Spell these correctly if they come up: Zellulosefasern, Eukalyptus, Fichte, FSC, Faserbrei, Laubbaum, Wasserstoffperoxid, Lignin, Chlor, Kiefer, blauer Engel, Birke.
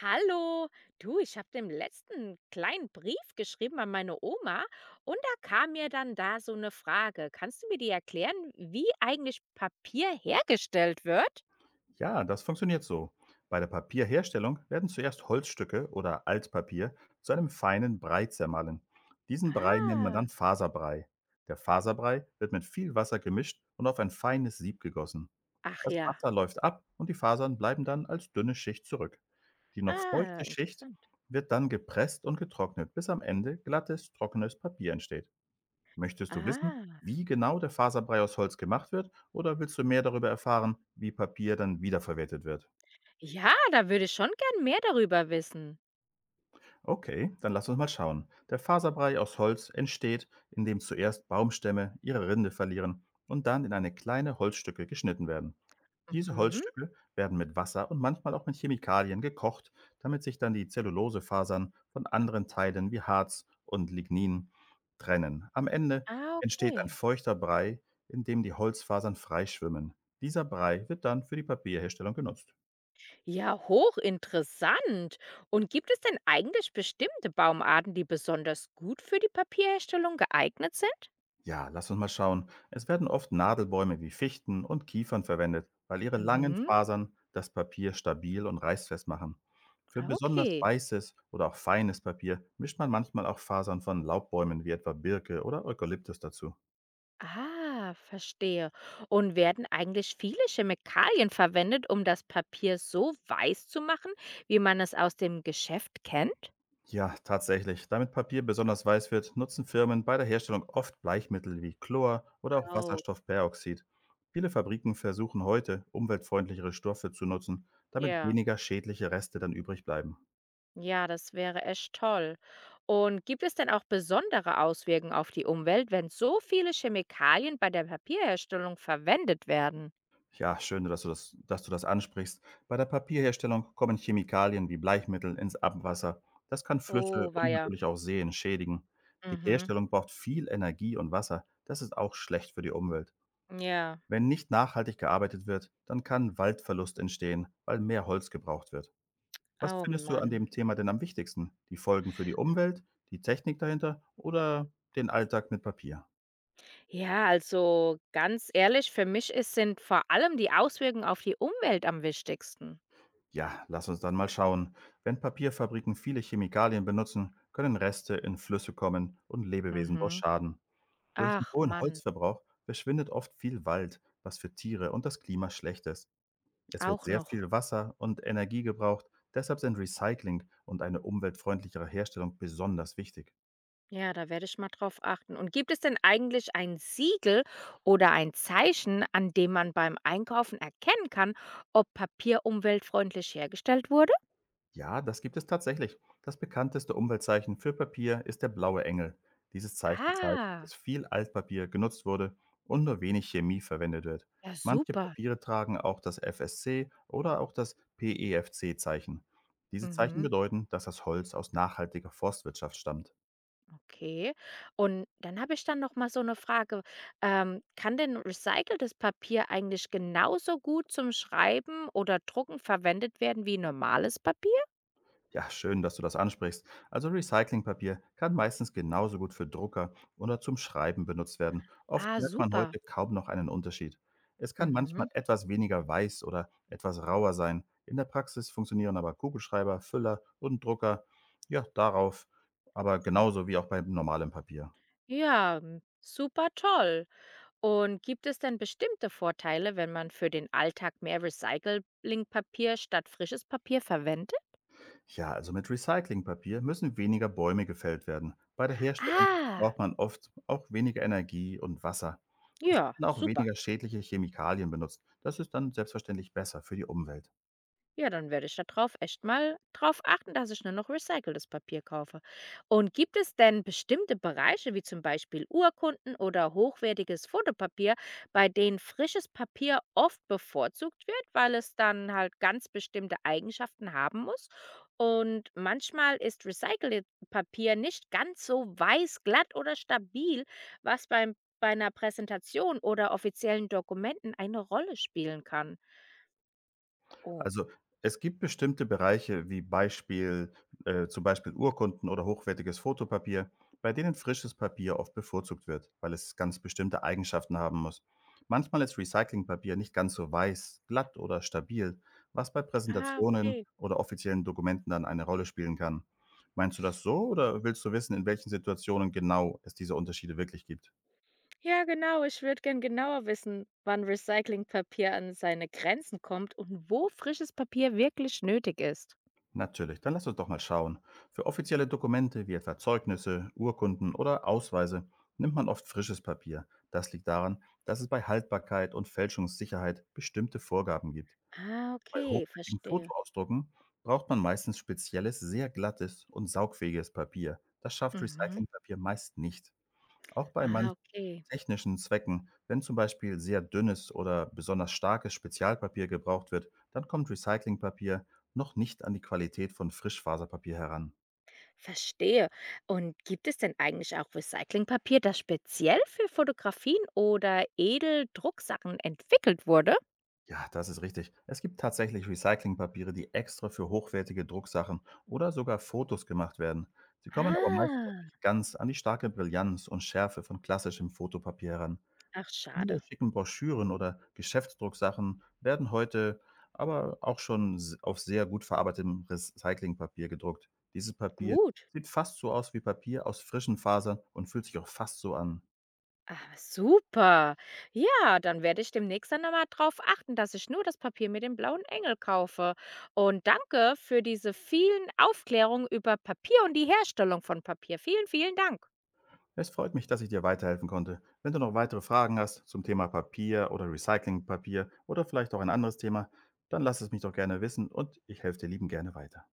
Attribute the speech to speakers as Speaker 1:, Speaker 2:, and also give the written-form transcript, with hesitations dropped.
Speaker 1: Hallo, du, ich habe dem letzten kleinen Brief geschrieben an meine Oma und da kam mir dann da so eine Frage. Kannst du mir die erklären, wie eigentlich Papier hergestellt wird?
Speaker 2: Ja, das funktioniert so. Bei der Papierherstellung werden zuerst Holzstücke oder Altpapier zu einem feinen Brei zermahlen. Diesen Brei nennt man dann
Speaker 1: Ah,
Speaker 2: Faserbrei. Der Faserbrei wird mit viel Wasser gemischt und auf ein feines Sieb gegossen.
Speaker 1: ach
Speaker 2: Das
Speaker 1: ja.
Speaker 2: Wasser läuft ab und die Fasern bleiben dann als dünne Schicht zurück. Die noch feuchte
Speaker 1: Ah,
Speaker 2: Schicht
Speaker 1: interessant.
Speaker 2: wird dann gepresst und getrocknet, bis am Ende glattes, trockenes Papier entsteht. Möchtest du wissen,
Speaker 1: Ah,
Speaker 2: wie genau der Faserbrei aus Holz gemacht wird oder willst du mehr darüber erfahren, wie Papier dann wiederverwertet wird?
Speaker 1: ja, da würde ich schon gern mehr darüber wissen.
Speaker 2: Okay, dann lass uns mal schauen. Der Faserbrei aus Holz entsteht, indem zuerst Baumstämme ihre Rinde verlieren und dann in eine kleine Holzstücke geschnitten werden. Diese
Speaker 1: Mhm.
Speaker 2: Holzstücke werden mit Wasser und manchmal auch mit Chemikalien gekocht, damit sich dann die Zellulosefasern von anderen Teilen wie Harz und Lignin trennen. Am Ende
Speaker 1: Ah,
Speaker 2: entsteht ein
Speaker 1: okay.
Speaker 2: feuchter Brei, in dem die Holzfasern freischwimmen. Dieser Brei wird dann für die Papierherstellung genutzt.
Speaker 1: Ja, hochinteressant. Und gibt es denn eigentlich bestimmte Baumarten, die besonders gut für die Papierherstellung geeignet sind?
Speaker 2: Ja, lass uns mal schauen. Es werden oft Nadelbäume wie Fichten und Kiefern verwendet, weil ihre langen
Speaker 1: Mhm.
Speaker 2: Fasern das Papier stabil und reißfest machen. Für
Speaker 1: Ah,
Speaker 2: besonders
Speaker 1: okay.
Speaker 2: weißes oder auch feines Papier mischt man manchmal auch Fasern von Laubbäumen wie etwa Birke oder Eukalyptus dazu.
Speaker 1: Ah, verstehe. Und werden eigentlich viele Chemikalien verwendet, um das Papier so weiß zu machen, wie man es aus dem Geschäft kennt?
Speaker 2: Ja, tatsächlich. Damit Papier besonders weiß wird, nutzen Firmen bei der Herstellung oft Bleichmittel wie Chlor oder auch
Speaker 1: Oh,
Speaker 2: Wasserstoffperoxid. Viele Fabriken versuchen heute, umweltfreundlichere Stoffe zu nutzen, damit
Speaker 1: ja.
Speaker 2: weniger schädliche Reste dann übrig bleiben.
Speaker 1: Ja, das wäre echt toll. Und gibt es denn auch besondere Auswirkungen auf die Umwelt, wenn so viele Chemikalien bei der Papierherstellung verwendet werden?
Speaker 2: Ja, schön, dass du das ansprichst. Bei der Papierherstellung kommen Chemikalien wie Bleichmittel ins Abwasser. Das kann Flüsse
Speaker 1: Oh, war
Speaker 2: und
Speaker 1: ja.
Speaker 2: natürlich auch Seen schädigen. Die
Speaker 1: Mhm.
Speaker 2: Herstellung braucht viel Energie und Wasser. Das ist auch schlecht für die Umwelt.
Speaker 1: Ja.
Speaker 2: Wenn nicht nachhaltig gearbeitet wird, dann kann Waldverlust entstehen, weil mehr Holz gebraucht wird. Was
Speaker 1: Oh
Speaker 2: findest du an
Speaker 1: Mann.
Speaker 2: dem Thema denn am wichtigsten? Die Folgen für die Umwelt, die Technik dahinter oder den Alltag mit Papier?
Speaker 1: Ja, also ganz ehrlich, für mich ist, sind vor allem die Auswirkungen auf die Umwelt am wichtigsten.
Speaker 2: Ja, lass uns dann mal schauen. Wenn Papierfabriken viele Chemikalien benutzen, können Reste in Flüsse kommen und Lebewesen dort
Speaker 1: Mhm.
Speaker 2: schaden. Durch den
Speaker 1: Ach
Speaker 2: hohen
Speaker 1: Mann,
Speaker 2: Holzverbrauch verschwindet oft viel Wald, was für Tiere und das Klima schlecht ist. Es wird
Speaker 1: auch
Speaker 2: sehr
Speaker 1: noch.
Speaker 2: viel Wasser und Energie gebraucht, deshalb sind Recycling und eine umweltfreundlichere Herstellung besonders wichtig.
Speaker 1: Ja, da werde ich mal drauf achten. Und gibt es denn eigentlich ein Siegel oder ein Zeichen, an dem man beim Einkaufen erkennen kann, ob Papier umweltfreundlich hergestellt wurde?
Speaker 2: Ja, das gibt es tatsächlich. Das bekannteste Umweltzeichen für Papier ist der blaue Engel. Dieses Zeichen zeigt,
Speaker 1: Ah,
Speaker 2: dass viel Altpapier genutzt wurde und nur wenig Chemie verwendet wird.
Speaker 1: ja,
Speaker 2: Manche
Speaker 1: super.
Speaker 2: Papiere tragen auch das FSC oder auch das PEFC-Zeichen. Diese Zeichen
Speaker 1: Mhm.
Speaker 2: bedeuten, dass das Holz aus nachhaltiger Forstwirtschaft stammt.
Speaker 1: Okay. Und dann habe ich dann noch mal so eine Frage. Kann denn recyceltes Papier eigentlich genauso gut zum Schreiben oder Drucken verwendet werden wie normales Papier?
Speaker 2: Ja, schön, dass du das ansprichst. Also Recyclingpapier kann meistens genauso gut für Drucker oder zum Schreiben benutzt werden. Oft
Speaker 1: Ah,
Speaker 2: merkt man heute
Speaker 1: super.
Speaker 2: kaum noch einen Unterschied. Es kann manchmal
Speaker 1: Mhm.
Speaker 2: etwas weniger weiß oder etwas rauer sein. In der Praxis funktionieren aber Kugelschreiber, Füller und Drucker ja darauf, aber genauso wie auch beim normalen Papier.
Speaker 1: Ja, hm, super toll. Und gibt es denn bestimmte Vorteile, wenn man für den Alltag mehr Recyclingpapier statt frisches Papier verwendet?
Speaker 2: Ja, also mit Recyclingpapier müssen weniger Bäume gefällt werden. Bei der Herstellung
Speaker 1: Ah,
Speaker 2: braucht man oft auch weniger Energie und Wasser. Es
Speaker 1: ja,
Speaker 2: werden auch
Speaker 1: super.
Speaker 2: weniger schädliche Chemikalien benutzt. Das ist dann selbstverständlich besser für die Umwelt.
Speaker 1: Ja, dann werde ich da drauf echt mal drauf achten, dass ich nur noch recyceltes Papier kaufe. Und gibt es denn bestimmte Bereiche, wie zum Beispiel Urkunden oder hochwertiges Fotopapier, bei denen frisches Papier oft bevorzugt wird, weil es dann halt ganz bestimmte Eigenschaften haben muss? Und manchmal ist recyceltes Papier nicht ganz so weiß, glatt oder stabil, was bei einer Präsentation oder offiziellen Dokumenten eine Rolle spielen kann. Oh,
Speaker 2: Also, es gibt bestimmte Bereiche wie Beispiel zum Beispiel Urkunden oder hochwertiges Fotopapier, bei denen frisches Papier oft bevorzugt wird, weil es ganz bestimmte Eigenschaften haben muss. Manchmal ist Recyclingpapier nicht ganz so weiß, glatt oder stabil, was bei
Speaker 1: ah,
Speaker 2: Präsentationen
Speaker 1: okay.
Speaker 2: oder offiziellen Dokumenten dann eine Rolle spielen kann. Meinst du das so oder willst du wissen, in welchen Situationen genau es diese Unterschiede wirklich gibt?
Speaker 1: Ja, genau. Ich würde gern genauer wissen, wann Recyclingpapier an seine Grenzen kommt und wo frisches Papier wirklich nötig ist.
Speaker 2: Natürlich, dann lass uns doch mal schauen. Für offizielle Dokumente wie etwa Zeugnisse, Urkunden oder Ausweise nimmt man oft frisches Papier. Das liegt daran, dass es bei Haltbarkeit und Fälschungssicherheit bestimmte Vorgaben gibt.
Speaker 1: Ah,
Speaker 2: Bei
Speaker 1: okay,
Speaker 2: hochwertigen
Speaker 1: verstehe.
Speaker 2: Fotoausdrucken braucht man meistens spezielles, sehr glattes und saugfähiges Papier. Das schafft
Speaker 1: Mhm.
Speaker 2: Recyclingpapier meist nicht. Auch bei
Speaker 1: Ah,
Speaker 2: manchen
Speaker 1: okay.
Speaker 2: technischen Zwecken, wenn zum Beispiel sehr dünnes oder besonders starkes Spezialpapier gebraucht wird, dann kommt Recyclingpapier noch nicht an die Qualität von Frischfaserpapier heran.
Speaker 1: Verstehe. Und gibt es denn eigentlich auch Recyclingpapier, das speziell für Fotografien oder Edeldrucksachen entwickelt wurde?
Speaker 2: Ja, das ist richtig. Es gibt tatsächlich Recyclingpapiere, die extra für hochwertige Drucksachen oder sogar Fotos gemacht werden. Sie kommen aber meist noch
Speaker 1: Ah,
Speaker 2: nicht ganz an die starke Brillanz und Schärfe von klassischem Fotopapier heran.
Speaker 1: ach
Speaker 2: Viele
Speaker 1: schade.
Speaker 2: schicken Broschüren oder Geschäftsdrucksachen werden heute aber auch schon auf sehr gut verarbeitetem Recyclingpapier gedruckt. Dieses Papier
Speaker 1: Gut.
Speaker 2: sieht fast so aus wie Papier aus frischen Fasern und fühlt sich auch fast so an.
Speaker 1: Ah, super. Ja, dann werde ich demnächst dann mal drauf achten, dass ich nur das Papier mit dem blauen Engel kaufe. Und danke für diese vielen Aufklärungen über Papier und die Herstellung von Papier. Vielen, vielen Dank.
Speaker 2: Es freut mich, dass ich dir weiterhelfen konnte. Wenn du noch weitere Fragen hast zum Thema Papier oder Recyclingpapier oder vielleicht auch ein anderes Thema, dann lass es mich doch gerne wissen und ich helfe dir lieben gerne weiter.